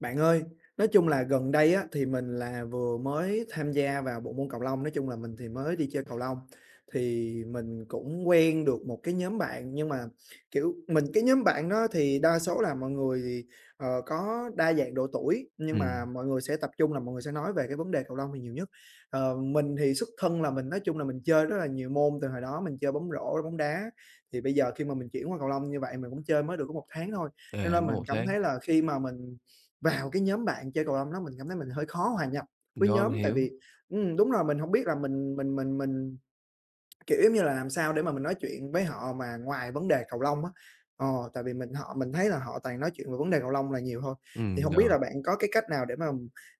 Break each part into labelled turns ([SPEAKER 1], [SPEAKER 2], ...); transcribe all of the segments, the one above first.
[SPEAKER 1] Bạn ơi, nói chung là gần đây á, thì mình là vừa mới tham gia vào bộ môn cầu lông, nói chung là mình thì mới đi chơi cầu lông. Thì mình cũng quen được một cái nhóm bạn nhưng mà, kiểu, mình cái nhóm bạn đó thì đa số là mọi người thì, có đa dạng độ tuổi, nhưng mà
[SPEAKER 2] Ừm.
[SPEAKER 1] mọi người sẽ tập trung là mọi người sẽ nói về cái vấn đề cầu lông thì nhiều nhất. Mình thì xuất thân là mình nói chung là mình chơi rất là nhiều môn từ hồi đó, mình chơi bóng rổ, bóng đá, thì bây giờ khi mà mình chuyển qua cầu lông như vậy mình cũng chơi mới được có một tháng thôi.
[SPEAKER 2] À,
[SPEAKER 1] Cho nên
[SPEAKER 2] mất
[SPEAKER 1] mình
[SPEAKER 2] 1
[SPEAKER 1] cảm
[SPEAKER 2] tháng.
[SPEAKER 1] thấy là khi mà mình vào cái nhóm bạn chơi cầu lông đó mình cảm thấy mình hơi khó hòa nhập với
[SPEAKER 2] Rồi,
[SPEAKER 1] nhóm,
[SPEAKER 2] mình
[SPEAKER 1] tại
[SPEAKER 2] hiểu.
[SPEAKER 1] vì đúng rồi, mình hổng biết là mình, kiểu, giống như là, làm sao để mà mình nói chuyện với họ mà ngoài vấn đề cầu lông á. Ờ, Tại vì mình họ mình thấy là họ toàn nói chuyện về vấn đề cầu lông là nhiều thôi, thì hông biết
[SPEAKER 2] Rồi.
[SPEAKER 1] là bạn có cái cách nào để mà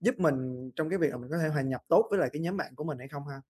[SPEAKER 1] giúp mình trong cái việc là mình có thể hòa nhập tốt với lại cái nhóm bạn của mình hay không ha?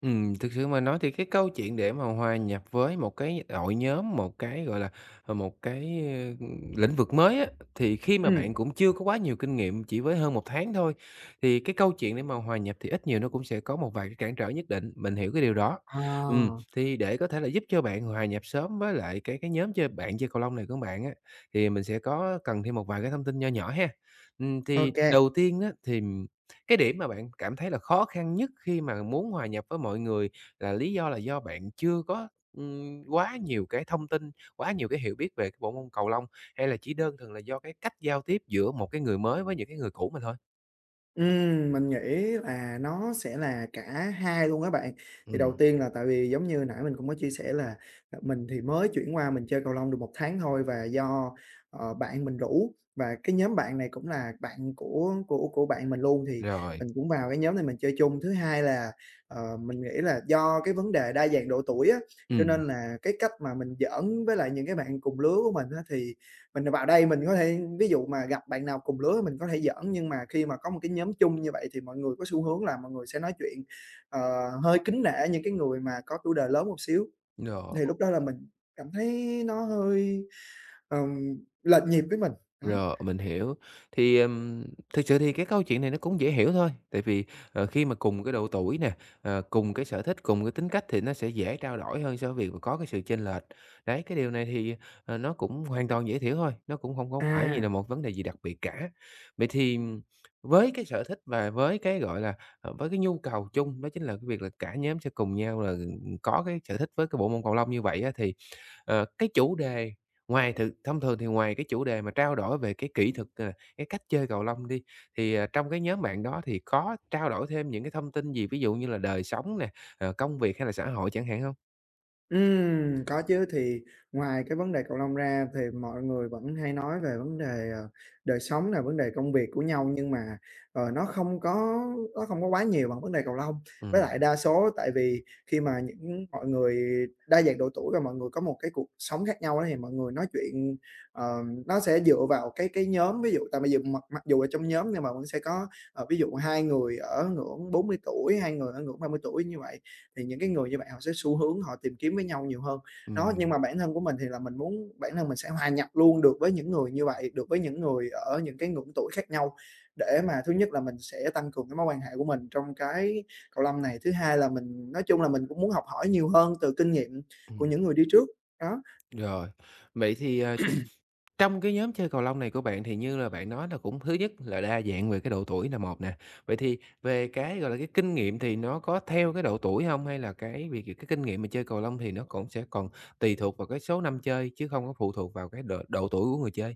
[SPEAKER 2] Thực sự mà nói thì cái câu chuyện để mà hòa nhập với một cái đội nhóm, một cái, gọi là, ờ, một cái, ơ, lĩnh vực mới á, thì khi mà
[SPEAKER 1] Ừm.
[SPEAKER 2] bạn cũng chưa có quá nhiều kinh nghiệm, chỉ với hơn một tháng thôi, thì cái câu chuyện để mà hòa nhập thì ít nhiều nó cũng sẽ có một vài cái cản trở nhất định, mình hiểu cái điều đó. Ừm,
[SPEAKER 1] Ờ.
[SPEAKER 2] thì để có thể là giúp cho bạn hòa nhập sớm với lại cái nhóm chơi bạn chơi cầu lông này của bạn á, thì mình sẽ có cần thêm một vài cái thông tin nho nhỏ ha. Thì
[SPEAKER 1] OK.
[SPEAKER 2] đầu tiên á, thì cái điểm mà bạn cảm thấy là khó khăn nhất khi mà muốn hòa nhập với mọi người là lý do là do bạn chưa có, quá nhiều cái thông tin, quá nhiều cái hiểu biết về cái bộ môn cầu lông, hay là chỉ đơn thuần là do cái cách giao tiếp giữa một cái người mới với những cái người cũ mà thôi?
[SPEAKER 1] Mình nghĩ là nó sẽ là cả hai luôn á bạn. Thì đầu
[SPEAKER 2] Ừm.
[SPEAKER 1] tiên là tại vì giống như nãy mình cũng có chia sẻ là, mình thì mới chuyển qua mình chơi cầu lông được một tháng thôi và do, bạn mình rủ và cái nhóm bạn này cũng là bạn của bạn mình luôn thì
[SPEAKER 2] Rồi.
[SPEAKER 1] mình cũng vào cái nhóm này mình chơi chung. Thứ hai là, mình nghĩ là do cái vấn đề đa dạng độ tuổi á, cho
[SPEAKER 2] Ừm.
[SPEAKER 1] nên là cái cách mà mình giỡn với lại những cái bạn cùng lứa của mình á thì mình vào đây mình có thể ví dụ mà gặp bạn nào cùng lứa mình có thể giỡn, nhưng mà khi mà có một cái nhóm chung như vậy thì mọi người có xu hướng là mọi người sẽ nói chuyện, ờ, hơi kính nể những cái người mà có tuổi đời lớn một xíu,
[SPEAKER 2] Rồi.
[SPEAKER 1] thì lúc đó là mình cảm thấy nó hơi, ờm, lệch nhịp với mình, đó.
[SPEAKER 2] Rồi, mình hiểu. Thì, thực sự thì cái câu chuyện này nó cũng dễ hiểu thôi, tại vì, khi mà cùng cái độ tuổi nè, cùng cái sở thích, cùng cái tính cách thì nó sẽ dễ trao đổi hơn so với việc mà có cái sự chênh lệch. Đấy, cái điều này thì, nó cũng hoàn toàn dễ hiểu thôi, nó cũng không có phải gì là
[SPEAKER 1] À.
[SPEAKER 2] một vấn đề gì đặc biệt cả. Vậy thì với cái sở thích và với cái, gọi là, với cái nhu cầu chung đó chính là cái việc là cả nhóm sẽ cùng nhau là, có cái sở thích với cái bộ môn cầu lông như vậy á thì Cái chủ đề ngoài thực thông thường thì ngoài cái chủ đề mà trao đổi về cái kỹ thuật, à, cái cách chơi cầu lông đi, thì, trong cái nhóm bạn đó thì có trao đổi thêm những cái thông tin gì, ví dụ như là đời sống nè, công việc hay là xã hội chẳng hạn không?
[SPEAKER 1] Có chứ, thì ngoài cái vấn đề cầu lông ra thì mọi người vẫn hay nói về vấn đề, đời sống là vấn đề công việc của nhau, nhưng mà, ờ, nó không có nó không có quá nhiều bằng vấn đề cầu lông. Với
[SPEAKER 2] Ừm,
[SPEAKER 1] lại đa số tại vì khi mà những mọi người đa dạng độ tuổi và mọi người có một cái cuộc sống khác nhau á, thì mọi người nói chuyện, nó sẽ dựa vào cái nhóm. Ví dụ tại bây giờ mặc mặc dù ở trong nhóm nhưng mà vẫn sẽ có, ví dụ hai người ở ngưỡng 40 tuổi, hai người ở ngưỡng 30 tuổi như vậy thì những cái người như bạn họ sẽ xu hướng họ tìm kiếm với nhau nhiều hơn. Đó, nhưng
[SPEAKER 2] ừm,
[SPEAKER 1] mà bản thân của mình thì là mình muốn bản thân mình sẽ hòa nhập luôn được với những người như vậy, được với những người ở những cái ngưỡng tuổi khác nhau để mà thứ nhất là mình sẽ tăng cường cái mối quan hệ của mình trong cái cầu lông này, thứ hai là mình nói chung là mình cũng muốn học hỏi nhiều hơn từ kinh nghiệm của
[SPEAKER 2] ừm,
[SPEAKER 1] những người đi trước, đó.
[SPEAKER 2] rồi. Vậy thì, trong cái nhóm chơi cầu lông này của bạn thì như là bạn nói là cũng thứ nhất là đa dạng về cái độ tuổi là một nè. Vậy thì về cái, gọi là, cái kinh nghiệm thì nó có theo cái độ tuổi không? Hay là cái việc cái kinh nghiệm mà chơi cầu lông thì nó cũng sẽ còn tùy thuộc vào cái số năm chơi chứ không có phụ thuộc vào cái độ độ tuổi của người chơi?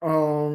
[SPEAKER 1] Ờ,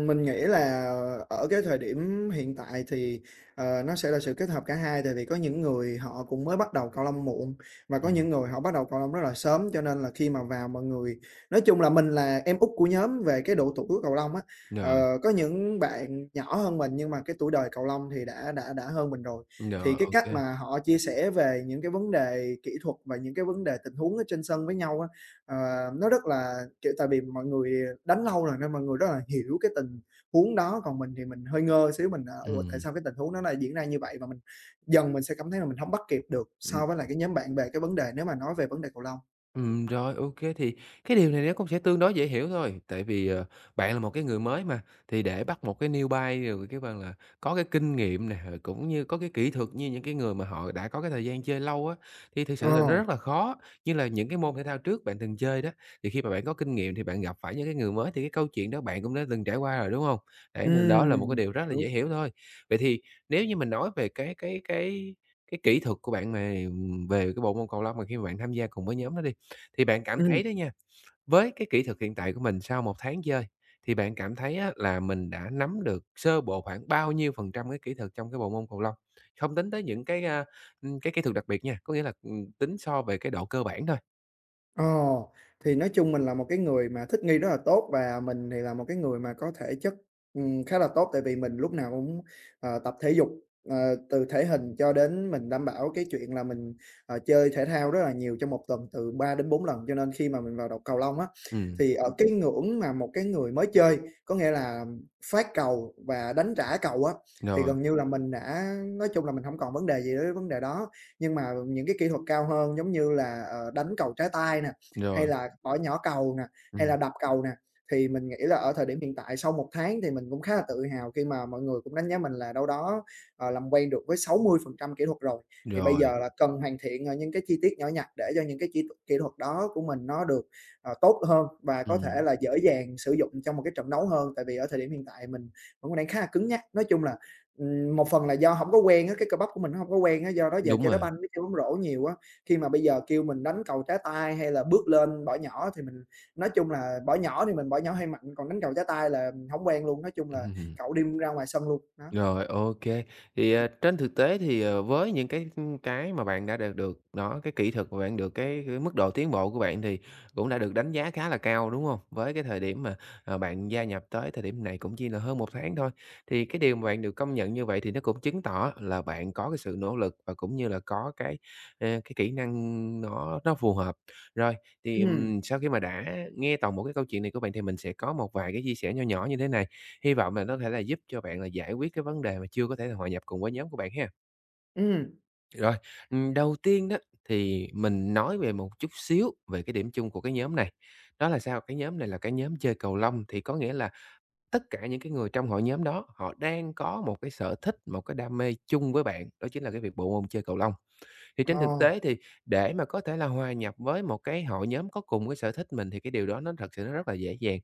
[SPEAKER 1] mình nghĩ là ở cái thời điểm hiện tại thì, nó sẽ là sự kết hợp cả hai, tại vì có những người họ cũng mới bắt đầu cầu lông muộn và có
[SPEAKER 2] Ừm,
[SPEAKER 1] những người họ bắt đầu cầu lông rất là sớm, cho nên là khi mà vào mọi người nói chung là mình là em út của nhóm về cái độ tuổi của cầu lông á.
[SPEAKER 2] rồi,
[SPEAKER 1] Có những bạn nhỏ hơn mình nhưng mà cái tuổi đời cầu lông thì đã hơn mình rồi, thì
[SPEAKER 2] rồi,
[SPEAKER 1] cái
[SPEAKER 2] ô
[SPEAKER 1] cách
[SPEAKER 2] kê.
[SPEAKER 1] mà họ chia sẻ về những cái vấn đề kỹ thuật và những cái vấn đề tình huống ở trên sân với nhau á, Ờ, nó rất là kiểu, tại vì mọi người đánh lâu rồi nên mọi người rất là hiểu cái tình huống đó, còn mình thì mình hơi ngơ xíu, mình, à, "Ủa, tại sao cái tình huống nó lại diễn ra như vậy?" Và mình dần mình sẽ cảm thấy là mình hổng bắt kịp được so với lại cái nhóm bạn về cái vấn đề nếu mà nói về vấn đề cầu lông.
[SPEAKER 2] Rồi, ô thì cái điều này nó cũng sẽ tương đối dễ hiểu thôi, tại vì, bạn là một cái người mới mà, thì để bắt một cái newbie rồi cái bạn là có cái kinh nghiệm nè, rồi cũng như có cái kỹ thuật như những cái người mà họ đã có cái thời gian chơi lâu á, thì thực sự là nó
[SPEAKER 1] Ờ.
[SPEAKER 2] rất là khó. Như là những cái môn thể thao trước bạn từng chơi đó, thì khi mà bạn có kinh nghiệm thì bạn gặp phải những cái người mới thì cái câu chuyện đó bạn cũng đã từng trải qua rồi, đúng không? Đấy, nên đó là một cái
[SPEAKER 1] Ừm.
[SPEAKER 2] điều rất là dễ
[SPEAKER 1] Đúng.
[SPEAKER 2] hiểu thôi. Vậy thì nếu như mình nói về cái kỹ thuật của bạn này, về cái bộ môn cầu lông mà khi mà bạn tham gia cùng với nhóm đó đi, thì bạn cảm
[SPEAKER 1] Ừm.
[SPEAKER 2] thấy đó nha, với cái kỹ thuật hiện tại của mình sau một tháng chơi, thì bạn cảm thấy á là mình đã nắm được sơ bộ khoảng bao nhiêu phần trăm cái kỹ thuật trong cái bộ môn cầu lông? Không tính tới những cái, cái kỹ thuật đặc biệt nha, có nghĩa là, tính so về cái độ cơ bản thôi.
[SPEAKER 1] Ồ, thì nói chung mình là một cái người mà thích nghi rất là tốt và mình thì là một cái người mà có thể chất, khá là tốt, tại vì mình lúc nào cũng, tập thể dục, ờ, từ thể hình cho đến mình đảm bảo cái chuyện là mình, chơi thể thao rất là nhiều trong một tuần từ 3 đến 4 lần. Cho nên khi mà mình vào đầu cầu lông á,
[SPEAKER 2] Ừm,
[SPEAKER 1] thì ở cái ngưỡng mà một cái người mới chơi, có nghĩa là phát cầu và đánh trả cầu á, thì
[SPEAKER 2] rồi,
[SPEAKER 1] gần như là mình đã nói chung là mình không còn vấn đề gì với vấn đề đó. Nhưng mà những cái kỹ thuật cao hơn giống như là, đánh cầu trái tay nè, hay
[SPEAKER 2] rồi,
[SPEAKER 1] là bỏ nhỏ cầu nè, hay
[SPEAKER 2] ừm,
[SPEAKER 1] là đập cầu nè, thì mình nghĩ là ở thời điểm hiện tại sau một tháng thì mình cũng khá là tự hào khi mà mọi người cũng đánh giá mình là đâu đó, làm quen được với 60% kỹ thuật rồi. Thì bây
[SPEAKER 2] rồi,
[SPEAKER 1] giờ là cần hoàn thiện, những cái chi tiết nhỏ nhặt để cho những cái chi kỹ thuật đó của mình nó được, tốt hơn và có thể
[SPEAKER 2] ừm,
[SPEAKER 1] là dễ dàng sử dụng trong một cái trận đấu hơn. Tại vì ở thời điểm hiện tại mình vẫn đang khá là cứng nhắc. Nói chung là một phần là do hổng có quen á, cái cơ bắp của mình nó hông có quen á, do đó giờ
[SPEAKER 2] đúng
[SPEAKER 1] chơi đá
[SPEAKER 2] rồi.
[SPEAKER 1] banh với chơi bóng rổ nhiều á. Khi mà bây giờ kêu mình đánh cầu trái tay hay là bước lên bỏ nhỏ thì mình nói chung là bỏ nhỏ thì mình bỏ nhỏ hơi mạnh, còn đánh cầu trái tay là mình hổng quen luôn, nói chung là
[SPEAKER 2] Ừm.
[SPEAKER 1] cậu đi ra ngoài sân luôn, đó.
[SPEAKER 2] Rồi, ok. Thì, à, trên thực tế thì, với những cái mà bạn đã đạt được đó, cái kỹ thuật mà bạn được, cái mức độ tiến bộ của bạn thì cũng đã được đánh giá khá là cao, đúng không? Với cái thời điểm mà, bạn gia nhập tới thời điểm này cũng chỉ là hơn một tháng thôi, thì cái điều mà bạn được công nhận như vậy thì nó cũng chứng tỏ là bạn có cái sự nỗ lực và cũng như là có cái, cái kỹ năng nó phù hợp. Rồi, thì,
[SPEAKER 1] Ừm,
[SPEAKER 2] sau khi mà đã nghe toàn bộ cái câu chuyện này của bạn thì mình sẽ có một vài cái chia sẻ nho nhỏ như thế này. Hy vọng là nó có thể là giúp cho bạn là giải quyết cái vấn đề mà chưa có thể là hòa nhập cùng với nhóm của bạn ha.
[SPEAKER 1] ừm,
[SPEAKER 2] Rồi, đầu tiên đó thì mình nói về một chút xíu về cái điểm chung của cái nhóm này. Đó là sao? Cái nhóm này là cái nhóm chơi cầu lông, thì có nghĩa là tất cả những cái người trong hội nhóm đó, họ đang có một cái sở thích, một cái đam mê chung với bạn, đó chính là cái việc bộ môn chơi cầu lông. Thì trên thực
[SPEAKER 1] ồ,
[SPEAKER 2] tế thì để mà có thể là hòa nhập với một cái hội nhóm có cùng cái sở thích mình thì cái điều đó nó thật sự nó rất là dễ dàng.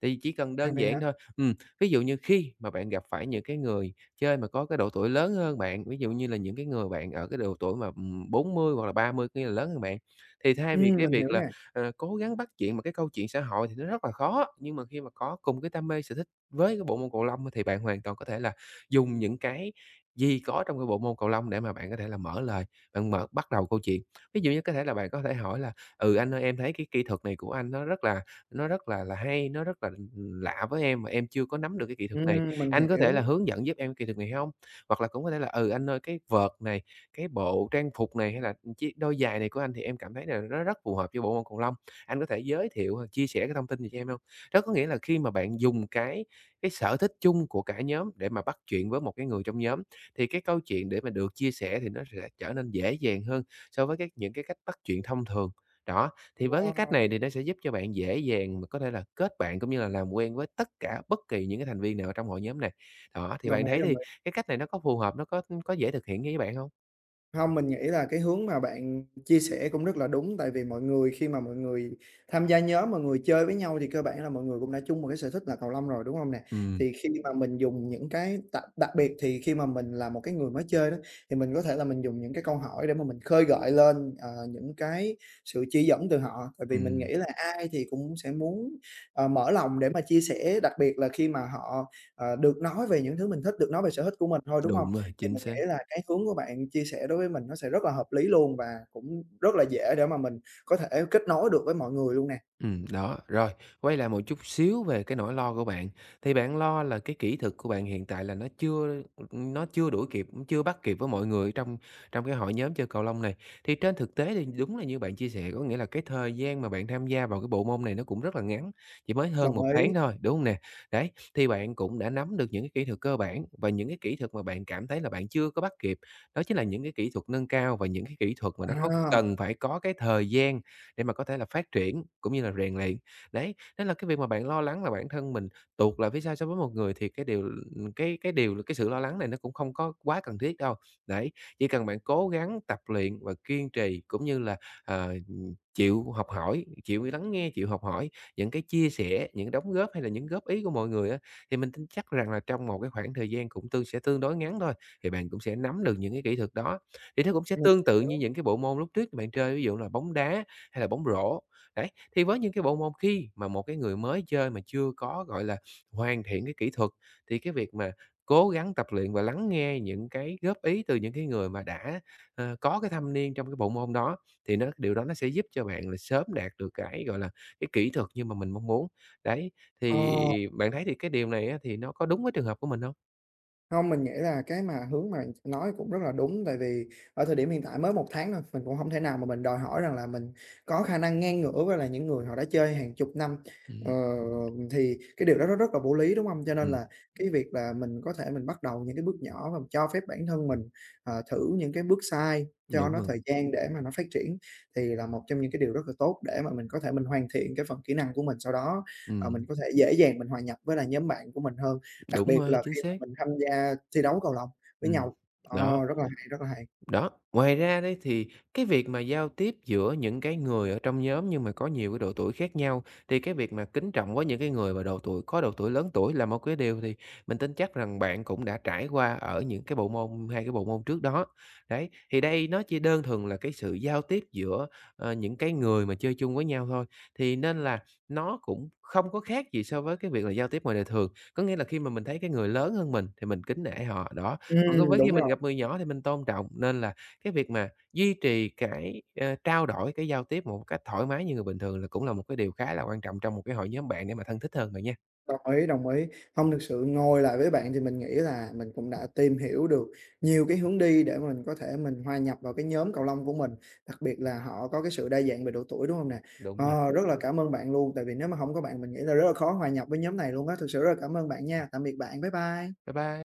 [SPEAKER 2] Tại vì chỉ cần
[SPEAKER 1] à,
[SPEAKER 2] đơn
[SPEAKER 1] vậy hả?
[SPEAKER 2] giản thôi, ví dụ như khi mà bạn gặp phải những cái người chơi mà có cái độ tuổi lớn hơn bạn, ví dụ như là những cái người bạn ở cái độ tuổi mà, 40 hoặc là 30 nghĩa là lớn hơn bạn, thì thay vì
[SPEAKER 1] Ừm,
[SPEAKER 2] cái
[SPEAKER 1] mình
[SPEAKER 2] việc
[SPEAKER 1] hiểu
[SPEAKER 2] là,
[SPEAKER 1] nè,
[SPEAKER 2] cố gắng bắt chuyện một cái câu chuyện xã hội thì nó rất là khó, nhưng mà khi mà có cùng cái đam mê sở thích với cái bộ môn cầu lông thì bạn hoàn toàn có thể là dùng những cái gì có trong cái bộ môn cầu lông để mà bạn có thể là mở lời bạn mở bắt đầu câu chuyện. Ví dụ như có thể là bạn có thể hỏi là "Ừ, anh ơi, em thấy cái kỹ thuật này của anh nó rất là hay, nó rất là, lạ với em mà em chưa có nắm được cái kỹ thuật này,
[SPEAKER 1] mình
[SPEAKER 2] anh có thể là
[SPEAKER 1] hiểu,
[SPEAKER 2] hướng dẫn giúp em kỹ thuật này không?" Hoặc là cũng có thể là "Ừ, anh ơi, cái vợt này, cái bộ trang phục này, hay là chiếc đôi giày này của anh thì em cảm thấy là nó rất phù hợp với bộ môn cầu lông, anh có thể giới thiệu hoặc chia sẻ cái thông tin này cho em không?" Đó có nghĩa là khi mà bạn dùng cái sở thích chung của cả nhóm để mà bắt chuyện với một cái người trong nhóm thì cái câu chuyện để mà được chia sẻ thì nó sẽ trở nên dễ dàng hơn so với các những cái cách bắt chuyện thông thường. Đó, thì với cái cách
[SPEAKER 1] wow,
[SPEAKER 2] này thì nó sẽ giúp cho bạn dễ dàng mà có thể là kết bạn cũng như là làm quen với tất cả bất kỳ những cái thành viên nào ở trong hội nhóm này. Đó, thì
[SPEAKER 1] đồng
[SPEAKER 2] bạn
[SPEAKER 1] ý,
[SPEAKER 2] thấy
[SPEAKER 1] đồng
[SPEAKER 2] thì
[SPEAKER 1] ý.
[SPEAKER 2] cái cách này nó có phù hợp, nó có dễ thực hiện với bạn không?
[SPEAKER 1] Không, mình nghĩ là cái hướng mà bạn chia sẻ cũng rất là đúng, tại vì mọi người khi mà mọi người tham gia nhóm, mọi người chơi với nhau thì cơ bản là mọi người cũng đã chung một cái sở thích là cầu lông rồi, đúng không nè?
[SPEAKER 2] Ừm,
[SPEAKER 1] Thì khi mà mình dùng những cái đặc đặc biệt thì khi mà mình là một cái người mới chơi đó, thì mình có thể là mình dùng những cái câu hỏi để mà mình khơi gợi lên, những cái sự chỉ dẫn từ họ, tại vì mình
[SPEAKER 2] ừm,
[SPEAKER 1] nghĩ là ai thì cũng sẽ muốn, mở lòng để mà chia sẻ, đặc biệt là khi mà họ, được nói về những thứ mình thích, được nói về sở thích của mình thôi, đúng không?
[SPEAKER 2] đúng rồi,
[SPEAKER 1] Thì
[SPEAKER 2] chính
[SPEAKER 1] mình
[SPEAKER 2] xác.
[SPEAKER 1] nghĩ là cái hướng của bạn chia sẻ đối với mình nó sẽ rất là hợp lý luôn và cũng rất là dễ để mà mình có thể kết nối được với mọi người luôn nè.
[SPEAKER 2] Đó, rồi, quay lại một chút xíu về cái nỗi lo của bạn. Thì bạn lo là cái kỹ thuật của bạn hiện tại là nó chưa đuổi kịp, cũng chưa bắt kịp với mọi người trong trong cái hội nhóm chơi cầu lông này. Thì trên thực tế thì đúng là như bạn chia sẻ, có nghĩa là cái thời gian mà bạn tham gia vào cái bộ môn này nó cũng rất là ngắn, chỉ mới hơn
[SPEAKER 1] Đồng
[SPEAKER 2] một
[SPEAKER 1] ý.
[SPEAKER 2] tháng thôi, đúng hông nè? Đấy, thì bạn cũng đã nắm được những cái kỹ thuật cơ bản và những cái kỹ thuật mà bạn cảm thấy là bạn chưa có bắt kịp, đó chính là những cái kỹ thuật nâng cao và những cái kỹ thuật mà nó có
[SPEAKER 1] À,
[SPEAKER 2] cần phải có cái thời gian để mà có thể là phát triển cũng như là rèn luyện. Đấy, nên là cái việc mà bạn lo lắng là bản thân mình tuột lại phía sau so với một người thì cái điều ừ, cái điều cái sự lo lắng này nó cũng không có quá cần thiết đâu. Đấy, chỉ cần bạn cố gắng tập luyện và kiên trì cũng như là, ờ, chịu học hỏi, chịu lắng nghe, chịu học hỏi những cái chia sẻ, những đóng góp hay là những góp ý của mọi người á, thì mình tin chắc rằng là trong một cái khoảng thời gian cũng sẽ tương đối ngắn thôi, thì bạn cũng sẽ nắm được những cái kỹ thuật đó. Thì nó cũng sẽ
[SPEAKER 1] mình
[SPEAKER 2] tương tự
[SPEAKER 1] hiểu.
[SPEAKER 2] như những cái bộ môn lúc trước bạn chơi, ví dụ là bóng đá hay là bóng rổ. Đấy, thì với những cái bộ môn khi mà một cái người mới chơi mà chưa có, gọi là, hoàn thiện cái kỹ thuật, thì cái việc mà cố gắng tập luyện và lắng nghe những cái góp ý từ những cái người mà đã, có cái thâm niên trong cái bộ môn đó thì nó điều đó nó sẽ giúp cho bạn là sớm đạt được cái, gọi là, cái kỹ thuật như mà mình mong muốn. Đấy, thì
[SPEAKER 1] Ờ.
[SPEAKER 2] bạn thấy thì cái điều này á thì nó có đúng với trường hợp của mình không?
[SPEAKER 1] Không, mình nghĩ là cái mà hướng mà nói cũng rất là đúng, tại vì ở thời điểm hiện tại mới một tháng thôi, mình cũng không thể nào mà mình đòi hỏi rằng là mình có khả năng ngang ngửa với là những người họ đã chơi hàng chục năm. Ờ,
[SPEAKER 2] Ừm,
[SPEAKER 1] thì cái điều đó nó rất là vô lý, đúng không? Cho nên
[SPEAKER 2] ừm,
[SPEAKER 1] là cái việc là mình có thể mình bắt đầu những cái bước nhỏ và cho phép bản thân mình, thử những cái bước sai, cho
[SPEAKER 2] đúng
[SPEAKER 1] nó
[SPEAKER 2] rồi,
[SPEAKER 1] thời gian để mà nó phát triển thì là một trong những cái điều rất là tốt để mà mình có thể mình hoàn thiện cái phần kỹ năng của mình. Sau đó, mình
[SPEAKER 2] ừm,
[SPEAKER 1] có thể dễ dàng mình hòa nhập với là nhóm bạn của mình hơn. Đặc
[SPEAKER 2] đúng
[SPEAKER 1] biệt
[SPEAKER 2] rồi,
[SPEAKER 1] là
[SPEAKER 2] chính
[SPEAKER 1] khi mà
[SPEAKER 2] xác,
[SPEAKER 1] mình tham gia thi đấu cầu lông với
[SPEAKER 2] ừm,
[SPEAKER 1] nhau. Ờ,
[SPEAKER 2] đó.
[SPEAKER 1] Rất là hay, rất là hay.
[SPEAKER 2] Đó, ngoài ra đấy thì cái việc mà giao tiếp giữa những cái người ở trong nhóm nhưng mà có nhiều cái độ tuổi khác nhau, thì cái việc mà kính trọng với những cái người mà độ tuổi có độ tuổi lớn tuổi là một cái điều thì mình tin chắc rằng bạn cũng đã trải qua ở những cái bộ môn hai cái bộ môn trước đó. Đấy, thì đây nó chỉ đơn thuần là cái sự giao tiếp giữa, những cái người mà chơi chung với nhau thôi, thì nên là nó cũng không có khác gì so với cái việc là giao tiếp ngoài đời thường. Có nghĩa là khi mà mình thấy cái người lớn hơn mình thì mình kính nể họ, đó. Còn có với khi
[SPEAKER 1] Đúng
[SPEAKER 2] mình
[SPEAKER 1] rồi,
[SPEAKER 2] gặp người nhỏ thì mình tôn trọng, nên là cái việc mà duy trì cái, trao đổi, cái giao tiếp một cách thoải mái như người bình thường là cũng là một cái điều khá là quan trọng trong một cái hội nhóm bạn để mà thân thích hơn rồi nha.
[SPEAKER 1] đồng ý, đồng ý. Hông, thực sự ngồi lại với bạn thì mình nghĩ là mình cũng đã tìm hiểu được nhiều cái hướng đi để mình có thể mình hòa nhập vào cái nhóm cầu lông của mình, đặc biệt là họ có cái sự đa dạng về độ tuổi, đúng hông nè?
[SPEAKER 2] Đúng rồi.
[SPEAKER 1] Rất là cảm ơn bạn luôn, tại vì nếu mà hổng có bạn mình nghĩ là rất là khó hòa nhập với nhóm này luôn á. Thực sự rất là cảm ơn bạn nha. Tạm biệt bạn, bye bye.
[SPEAKER 2] Bye bye.